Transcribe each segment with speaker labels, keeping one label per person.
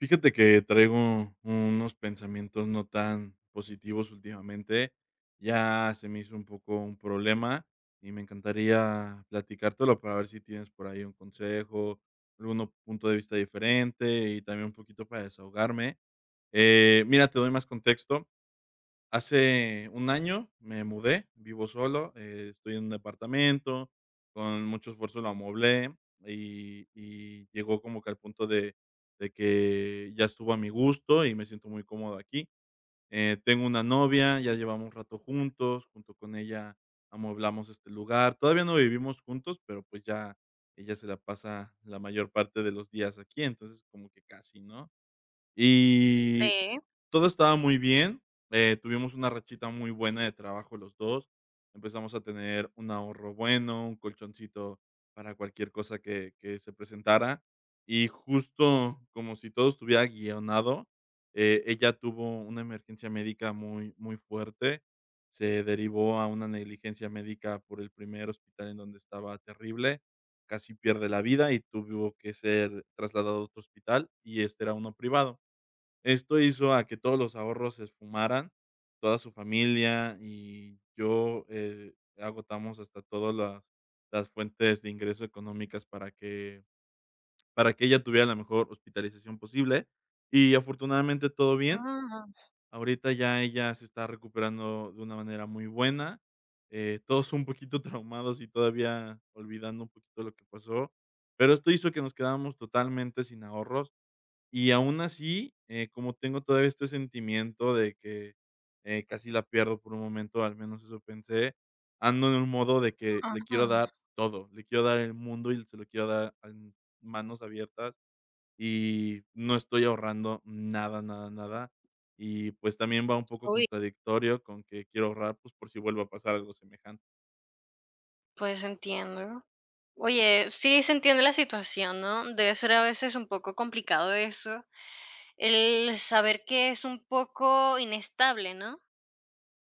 Speaker 1: Fíjate que traigo unos pensamientos no tan positivos últimamente. Ya se me hizo un poco un problema y me encantaría platicártelo para ver si tienes por ahí un consejo, algún punto de vista diferente y también un poquito para desahogarme. Mira, te doy más contexto. Hace un año me mudé, vivo solo, estoy en un departamento, con mucho esfuerzo lo amoblé y llegó como que al punto de que ya estuvo a mi gusto y me siento muy cómodo aquí. Tengo una novia, ya llevamos un rato juntos, junto con ella amueblamos este lugar. Todavía no vivimos juntos, pero, pues, ya ella se la pasa la mayor parte de los días aquí, entonces como que casi, ¿no? Y
Speaker 2: Sí.
Speaker 1: todo estaba muy bien, tuvimos una rachita muy buena de trabajo los 2, empezamos a tener un ahorro bueno, un colchoncito para cualquier cosa que se presentara, y justo como si todo estuviera guionado, ella tuvo una emergencia médica muy, muy fuerte, se derivó a una negligencia médica por el primer hospital en donde estaba terrible, casi pierde la vida y tuvo que ser trasladado a otro hospital, y este era uno privado. Esto hizo a que todos los ahorros se esfumaran, toda su familia y yo, agotamos hasta todas las fuentes de ingreso económicas para que ella tuviera la mejor hospitalización posible, y afortunadamente todo bien.
Speaker 2: Mm,
Speaker 1: Ahorita ya ella se está recuperando de una manera muy buena, todos un poquito traumados y todavía olvidando un poquito lo que pasó, pero esto hizo que nos quedáramos totalmente sin ahorros. Y aún así, como tengo todavía este sentimiento de que, casi la pierdo por un momento, al menos eso pensé, ando en un modo de que le
Speaker 2: ajá.
Speaker 1: quiero dar todo, le quiero dar el mundo y se lo quiero dar en manos abiertas, y no estoy ahorrando nada, nada, nada. Y, pues, también va un poco
Speaker 2: Uy,
Speaker 1: contradictorio con que quiero ahorrar, pues, por si vuelve a pasar algo semejante.
Speaker 2: pues entiendo. Oye, sí se entiende la situación, ¿no? Debe ser a veces un poco complicado eso, el saber que es un poco inestable, ¿no?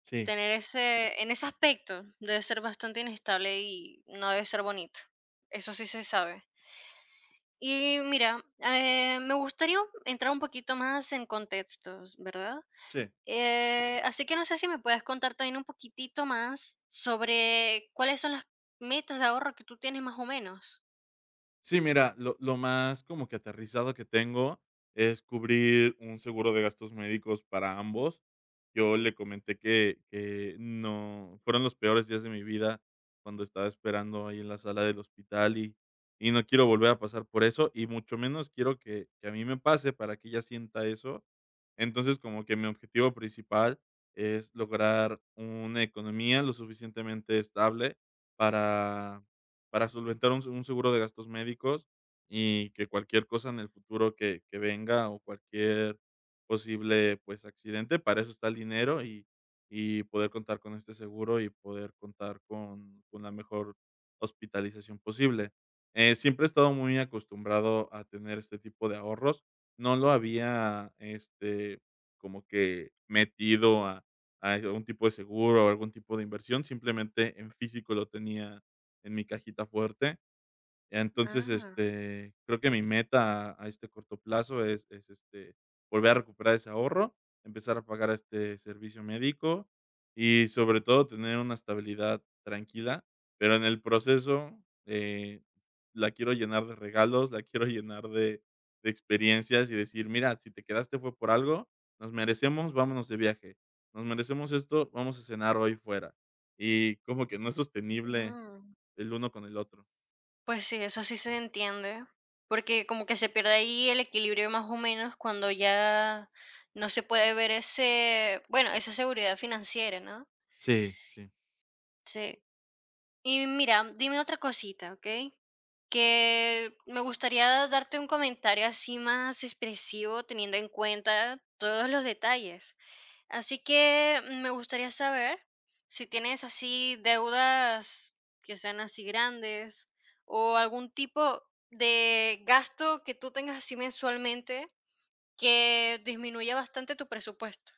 Speaker 1: Sí,
Speaker 2: Tener ese en ese aspecto debe ser bastante inestable y no debe ser bonito. Eso sí se sabe. Y mira, me gustaría entrar un poquito más en contextos, ¿verdad?
Speaker 1: sí.
Speaker 2: Así que no sé si me puedes contar también un poquitito más sobre cuáles son las metas de ahorro que tú tienes más o menos.
Speaker 1: Sí, mira, lo más como que aterrizado que tengo es cubrir un seguro de gastos médicos para ambos. Yo le comenté que no fueron los peores días de mi vida cuando estaba esperando ahí en la sala del hospital y no quiero volver a pasar por eso, y mucho menos quiero que a mí me pase para que ella sienta eso. Entonces, como que mi objetivo principal es lograr una economía lo suficientemente estable para solventar un seguro de gastos médicos y que cualquier cosa en el futuro que venga o cualquier posible, pues, accidente, para eso está el dinero y poder contar con este seguro y poder contar con la mejor hospitalización posible. Siempre he estado muy acostumbrado a tener este tipo de ahorros. No lo había, este, como que metido a algún tipo de seguro o algún tipo de inversión, simplemente en físico lo tenía en mi cajita fuerte. Entonces,
Speaker 2: Ah,
Speaker 1: este, creo que mi meta a este corto plazo es, este, volver a recuperar ese ahorro, empezar a pagar este servicio médico y, sobre todo, tener una estabilidad tranquila, pero en el proceso, la quiero llenar de regalos, la quiero llenar de experiencias y decir: "Mira, si te quedaste fue por algo, nos merecemos, vámonos de viaje, nos merecemos esto, vamos a cenar hoy fuera". Y como que no es sostenible
Speaker 2: mm,
Speaker 1: el uno con el otro.
Speaker 2: pues sí, eso sí se entiende, porque como que se pierde ahí el equilibrio más o menos cuando ya no se puede ver ese, bueno, esa seguridad financiera, ¿no?
Speaker 1: Sí, sí.
Speaker 2: Sí. Y mira, dime otra cosita, ¿ok? Que me gustaría darte un comentario así más expresivo, teniendo en cuenta todos los detalles. Así que me gustaría saber si tienes así deudas que sean así grandes o algún tipo de gasto que tú tengas así mensualmente que disminuya bastante tu presupuesto.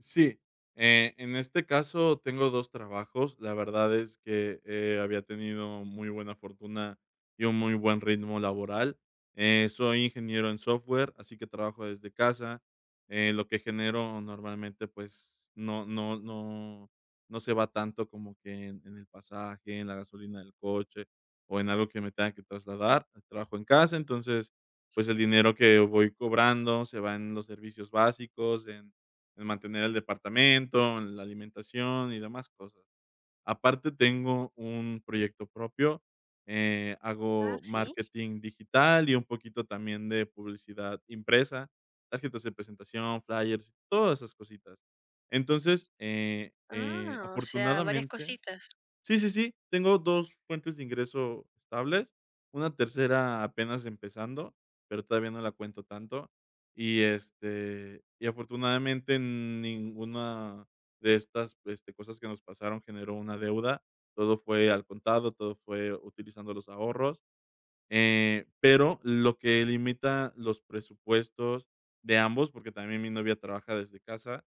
Speaker 1: Sí, en este caso tengo 2 trabajos. La verdad es que, había tenido muy buena fortuna y un muy buen ritmo laboral. Soy ingeniero en software, así que trabajo desde casa. Lo que genero normalmente, pues, no se va tanto como que en el pasaje, en la gasolina del coche, o en algo que me tenga que trasladar. Trabajo en casa, entonces, pues, el dinero que voy cobrando se va en los servicios básicos, en mantener el departamento, en la alimentación y demás cosas. Aparte, tengo un proyecto propio,
Speaker 2: Ah,
Speaker 1: hago
Speaker 2: sí.
Speaker 1: marketing digital y un poquito también de publicidad impresa, tarjetas de presentación, flyers, todas esas cositas. Entonces,
Speaker 2: Ah, o sea, varias
Speaker 1: afortunadamente.
Speaker 2: cositas.
Speaker 1: Sí, sí, sí, tengo 2 fuentes de ingreso estables, una tercera apenas empezando, pero todavía no la cuento tanto. Y, este, y afortunadamente ninguna de estas, este, cosas que nos pasaron generó una deuda. Todo fue al contado, todo fue utilizando los ahorros. Pero lo que limita los presupuestos de ambos, porque también mi novia trabaja desde casa,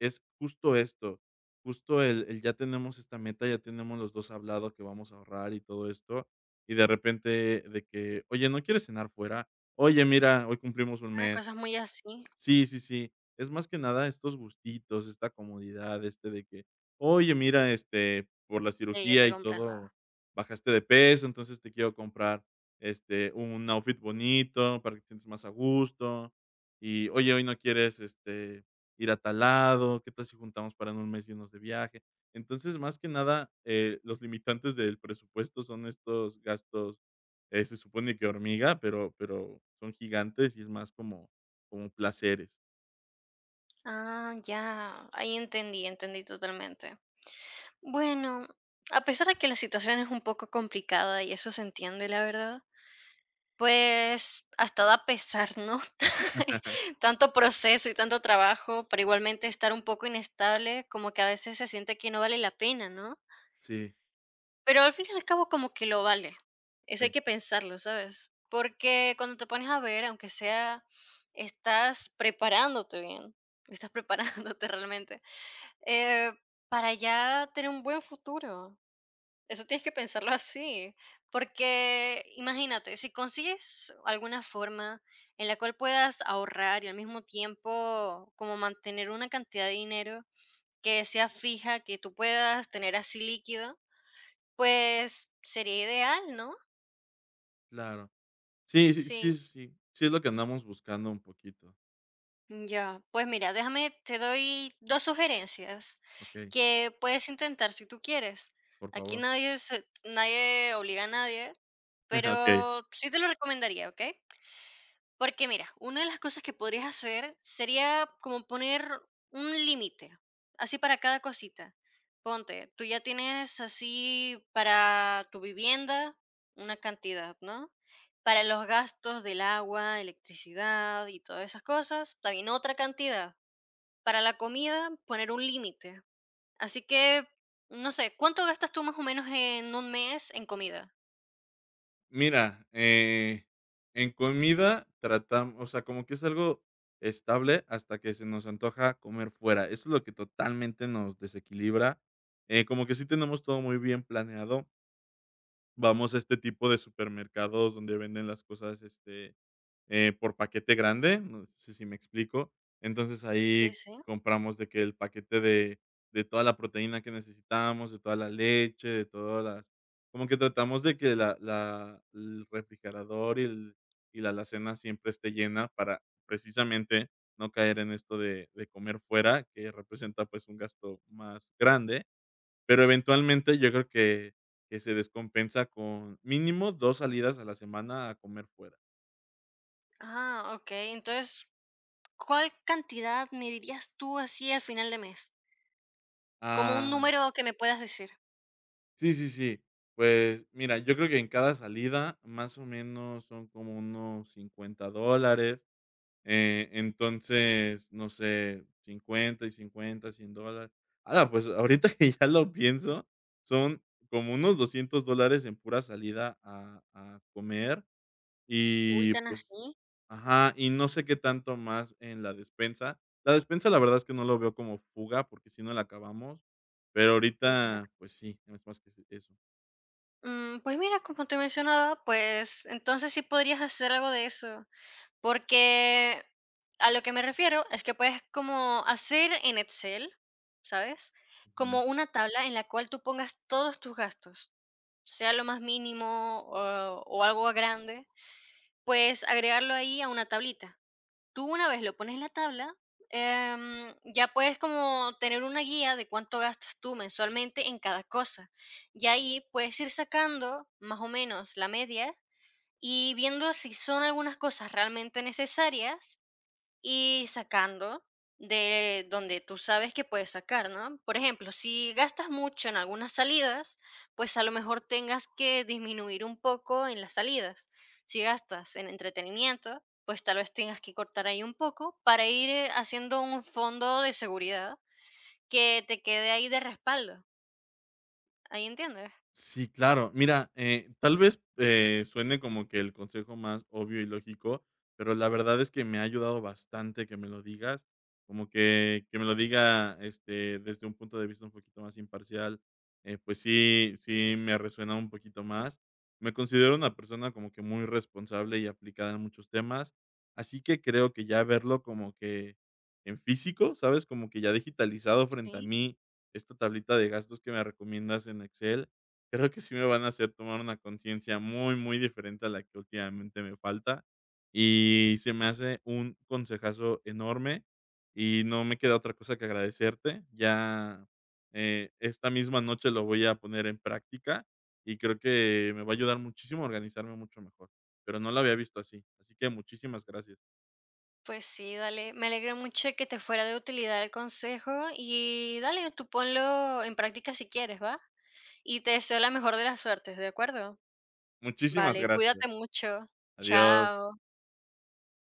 Speaker 1: es justo esto, justo el ya tenemos esta meta, ya tenemos los 2 hablado que vamos a ahorrar y todo esto, y de repente de que: "Oye, ¿no quieres cenar fuera? Oye, mira, hoy cumplimos un
Speaker 2: Ah,
Speaker 1: mes".
Speaker 2: cosas muy así.
Speaker 1: Sí, sí, sí. Es más que nada estos gustitos, esta comodidad, este de que, oye, mira, este, por la
Speaker 2: Sí, ya
Speaker 1: cirugía
Speaker 2: te
Speaker 1: y
Speaker 2: comprendo.
Speaker 1: todo, bajaste de peso, entonces te quiero comprar, este, un outfit bonito para que te sientas más a gusto. Y, oye, hoy no quieres, este, ir a tal lado, ¿qué tal si juntamos para en un mes irnos de viaje? Entonces, más que nada, los limitantes del presupuesto son estos gastos, se supone que hormiga, pero son gigantes y es más como placeres.
Speaker 2: Ah, ya, ahí entendí, entendí totalmente. Bueno, a pesar de que la situación es un poco complicada y eso se entiende, la verdad, pues hasta da pesar, ¿no? Tanto proceso y tanto trabajo, pero igualmente estar un poco inestable, como que a veces se siente que no vale la pena, ¿no?
Speaker 1: Sí,
Speaker 2: Pero al fin y al cabo como que lo vale. Eso hay
Speaker 1: sí,
Speaker 2: que pensarlo, ¿sabes? Porque cuando te pones a ver, aunque sea, estás preparándote bien, estás preparándote realmente, eh, para ya tener un buen futuro. Eso tienes que pensarlo así, porque imagínate, si consigues alguna forma en la cual puedas ahorrar y al mismo tiempo como mantener una cantidad de dinero que sea fija, que tú puedas tener así líquido, pues sería ideal, ¿no?
Speaker 1: claro. Sí, sí, sí,
Speaker 2: Sí.
Speaker 1: sí, sí es lo que andamos buscando un poquito.
Speaker 2: Ya, pues mira, déjame, te doy dos sugerencias
Speaker 1: Okey,
Speaker 2: que puedes intentar si tú quieres.
Speaker 1: por
Speaker 2: Aquí
Speaker 1: favor.
Speaker 2: nadie obliga a nadie,
Speaker 1: Okey.
Speaker 2: pero sí te lo recomendaría, ¿ok? Porque mira, una de las cosas que podrías hacer sería como poner un límite, así para cada cosita. Ponte, tú ya tienes así para tu vivienda una cantidad, ¿no? Para los gastos del agua, electricidad y todas esas cosas, también otra cantidad. Para la comida, poner un límite. Así que, no sé, ¿cuánto gastas tú más o menos en un mes en comida?
Speaker 1: Mira, en comida tratamos, o sea, como que es algo estable hasta que se nos antoja comer fuera. Eso es lo que totalmente nos desequilibra, como que sí tenemos todo muy bien planeado. Vamos a este tipo de supermercados donde venden las cosas, este, por paquete grande, no sé si me explico. Entonces,
Speaker 2: Sí,
Speaker 1: ahí
Speaker 2: sí.
Speaker 1: compramos de que el paquete de toda la proteína que necesitamos, de toda la leche, de todas las, como que tratamos de que la el refrigerador y el y la alacena siempre esté llena para, precisamente, no caer en esto de comer fuera, que representa, pues, un gasto más grande. Pero eventualmente yo creo que se descompensa con mínimo 2 salidas a la semana a comer fuera.
Speaker 2: Ah, ok. Entonces, ¿cuál cantidad me dirías tú así al final de mes? Como un
Speaker 1: Ah,
Speaker 2: número que me puedas decir.
Speaker 1: sí, sí, sí. Pues mira, yo creo que en cada salida más o menos son como unos $50, entonces, no sé, 50 y 50, $100. Ala, pues ahorita que ya lo pienso, son como unos $200 en pura salida a comer.
Speaker 2: Uy,
Speaker 1: Y,
Speaker 2: tan
Speaker 1: pues,
Speaker 2: así.
Speaker 1: ajá, y no sé qué tanto más en la despensa. La despensa, la verdad es que no lo veo como fuga, porque si no la acabamos, pero
Speaker 2: Ya.
Speaker 1: ahorita, pues sí, es más que eso.
Speaker 2: Mm, pues mira, como te mencionaba, pues entonces sí podrías hacer algo de eso, porque a lo que me refiero es que puedes como hacer en Excel, ¿sabes?
Speaker 1: Ujú.
Speaker 2: Como una tabla en la cual tú pongas todos tus gastos, sea lo más mínimo o algo grande, pues agregarlo ahí a una tablita. Tú una vez lo pones en la tabla, ya puedes como tener una guía de cuánto gastas tú mensualmente en cada cosa. Y ahí puedes ir sacando más o menos la media y viendo si son algunas cosas realmente necesarias y sacando de donde tú sabes que puedes sacar, ¿no? Por ejemplo, si gastas mucho en algunas salidas, pues a lo mejor tengas que disminuir un poco en las salidas. Si gastas en entretenimiento, pues tal vez tengas que cortar ahí un poco para ir, haciendo un fondo de seguridad que te quede ahí de respaldo. ¿Ahí entiendes?
Speaker 1: Sí, claro. Mira, tal vez, suene como que el consejo más obvio y lógico, pero la verdad es que me ha ayudado bastante que me lo digas, como que me lo diga, este, desde un punto de vista un poquito más imparcial, pues sí me resuena un poquito más. Me considero una persona como que muy responsable y aplicada en muchos temas, así que creo que ya verlo como que en físico, ¿sabes? Como que ya digitalizado frente a
Speaker 2: Sí.
Speaker 1: mí, esta tablita de gastos que me recomiendas en Excel, creo que sí me van a hacer tomar una conciencia muy, muy diferente a la que últimamente me falta, y se me hace un consejazo enorme, y no me queda otra cosa que agradecerte. Ya, esta misma noche lo voy a poner en práctica, y creo que me va a ayudar muchísimo a organizarme mucho mejor, pero no lo había visto así. Así que muchísimas gracias.
Speaker 2: Pues sí, dale. Me alegro mucho de que te fuera de utilidad el consejo y dale, tú ponlo en práctica si quieres, ¿va? Y te deseo la mejor de las suertes, ¿de acuerdo?
Speaker 1: Muchísimas
Speaker 2: Vale, cuídate
Speaker 1: gracias.
Speaker 2: mucho.
Speaker 1: Adiós.
Speaker 2: Chao.